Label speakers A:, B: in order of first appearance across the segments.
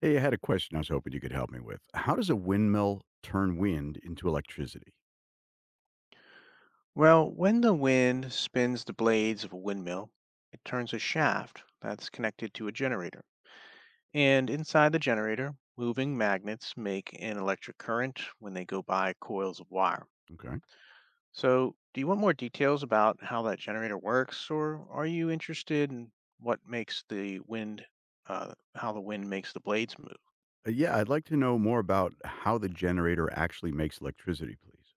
A: Hey, I had a question I was hoping you could help me with. How does a windmill turn wind into electricity?
B: Well, when the wind spins the blades of a windmill, it turns a shaft that's connected to a generator. And inside the generator, moving magnets make an electric current when they go by coils of wire.
A: Okay.
B: So, do you want more details about how that generator works, or are you interested in what makes the wind, how the wind makes the blades move?
A: Yeah, I'd like to know more about how the generator actually makes electricity, please.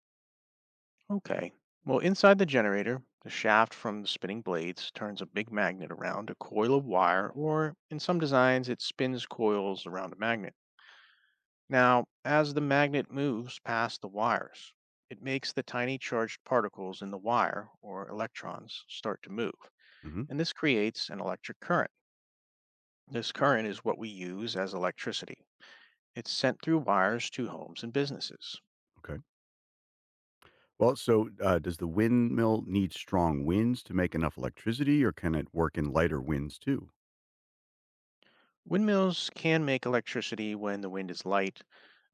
B: Okay. Well, inside the generator, the shaft from the spinning blades turns a big magnet around a coil of wire, or in some designs, it spins coils around a magnet. Now, as the magnet moves past the wires, it makes the tiny charged particles in the wire, or electrons, start to move.
A: hmm
B: And this creates an electric current. This current is what we use as electricity. It's sent through wires to homes and businesses.
A: Okay. Well, does the windmill need strong winds to make enough electricity, or can it work in lighter winds too?
B: Windmills can make electricity when the wind is light,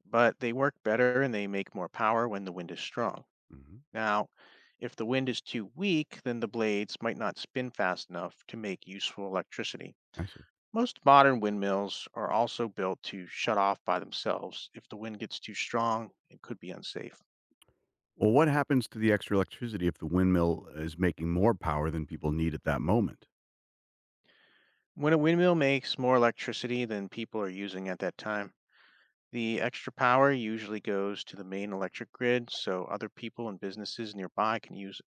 B: but they work better and they make more power when the wind is strong.
A: hmm
B: Now, if the wind is too weak, then the blades might not spin fast enough to make useful electricity.
A: I see.
B: Most modern windmills are also built to shut off by themselves if the wind gets too strong it could be unsafe.
A: Well, what happens to the extra electricity if the windmill is making more power than people need at that moment?
B: When a windmill makes more electricity than people are using at that time, the extra power usually goes to the main electric grid so other people and businesses nearby can use.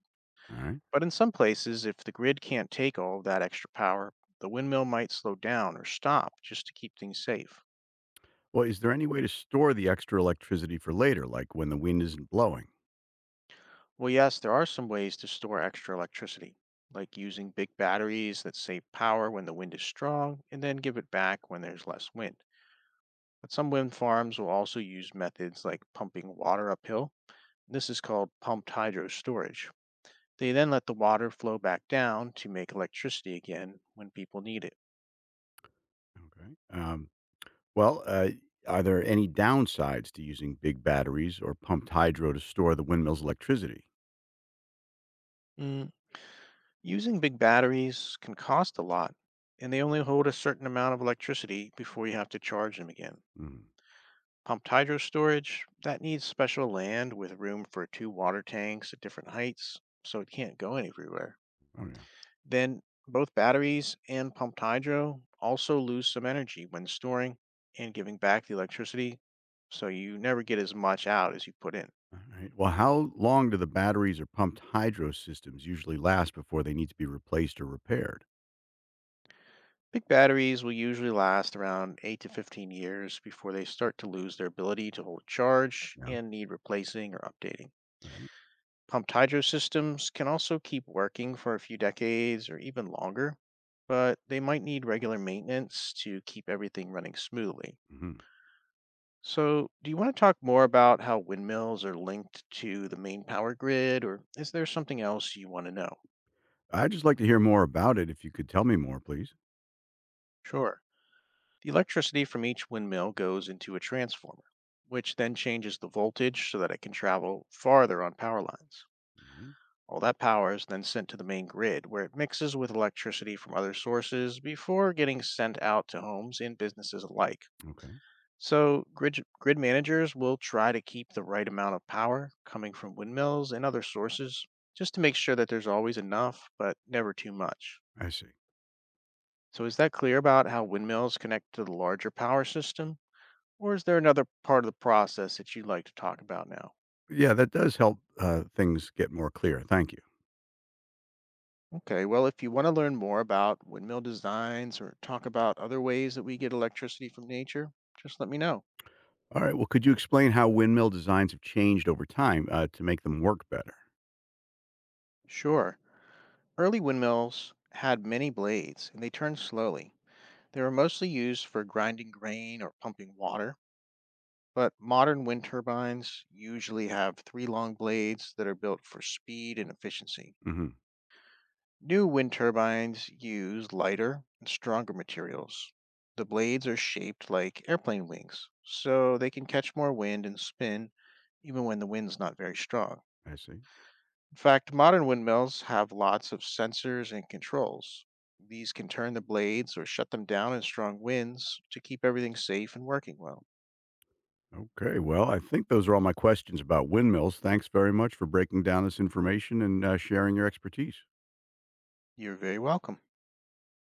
A: All right.
B: But in some places, if the grid can't take all of that extra power, the windmill might slow down or stop just to keep things safe.
A: Well, is there any way to store the extra electricity for later, like when the wind isn't blowing?
B: Well, yes, there are some ways to store extra electricity, like using big batteries that save power when the wind is strong and then give it back when there's less wind. But some wind farms will also use methods like pumping water uphill. This is called pumped hydro storage. They then let the water flow back down to make electricity again when people need it.
A: Okay. Well, are there any downsides to using big batteries or pumped hydro to store the windmill's electricity?
B: Using big batteries can cost a lot, and they only hold a certain amount of electricity before you have to charge them again.
A: Mm.
B: Pumped hydro storage, that needs special land with room for two water tanks at different heights, so it can't go everywhere.
A: Oh, yeah.
B: Then, both batteries and pumped hydro also lose some energy when storing and giving back the electricity, so you never get as much out as you put in.
A: All right. Well, how long do the batteries or pumped hydro systems usually last before they need to be replaced or repaired?
B: Big batteries will usually last around 8 to 15 years before they start to lose their ability to hold charge
A: Yeah. All
B: and need replacing or updating.
A: right.
B: Pumped hydro systems can also keep working for a few decades or even longer, but they might need regular maintenance to keep everything running smoothly.
A: Mm-hmm.
B: So, do you want to talk more about how windmills are linked to the main power grid, or is there something else you want to know?
A: I'd just like to hear more about it if you could tell me more, please.
B: Sure. The electricity from each windmill goes into a transformer, which then changes the voltage so that it can travel farther on power lines.
A: hmm
B: All that power is then sent to the main grid, where it mixes with electricity from other sources before getting sent out to homes and businesses alike.
A: Okay.
B: So, grid managers will try to keep the right amount of power coming from windmills and other sources just to make sure that there's always enough, but never too much.
A: I see.
B: So, is that clear about how windmills connect to the larger power system? Or is there another part of the process that you'd like to talk about now?
A: Yeah, that does help things get more clear. Thank you.
B: Okay, well, if you want to learn more about windmill designs or talk about other ways that we get electricity from nature, just let me know.
A: All right. Well, could you explain how windmill designs have changed over time to make them work better?
B: Sure. Early windmills had many blades and they turned slowly. They were mostly used for grinding grain or pumping water, but modern wind turbines usually have three long blades that are built for speed and efficiency.
A: Mm-hmm.
B: New wind turbines use lighter and stronger materials. The blades are shaped like airplane wings, so they can catch more wind and spin even when the wind's not very strong.
A: I see.
B: In fact, modern windmills have lots of sensors and controls. These can turn the blades or shut them down in strong winds to keep everything safe and working well.
A: Okay. Well, I think those are all my questions about windmills. Thanks very much for breaking down this information and sharing your expertise.
B: You're very welcome.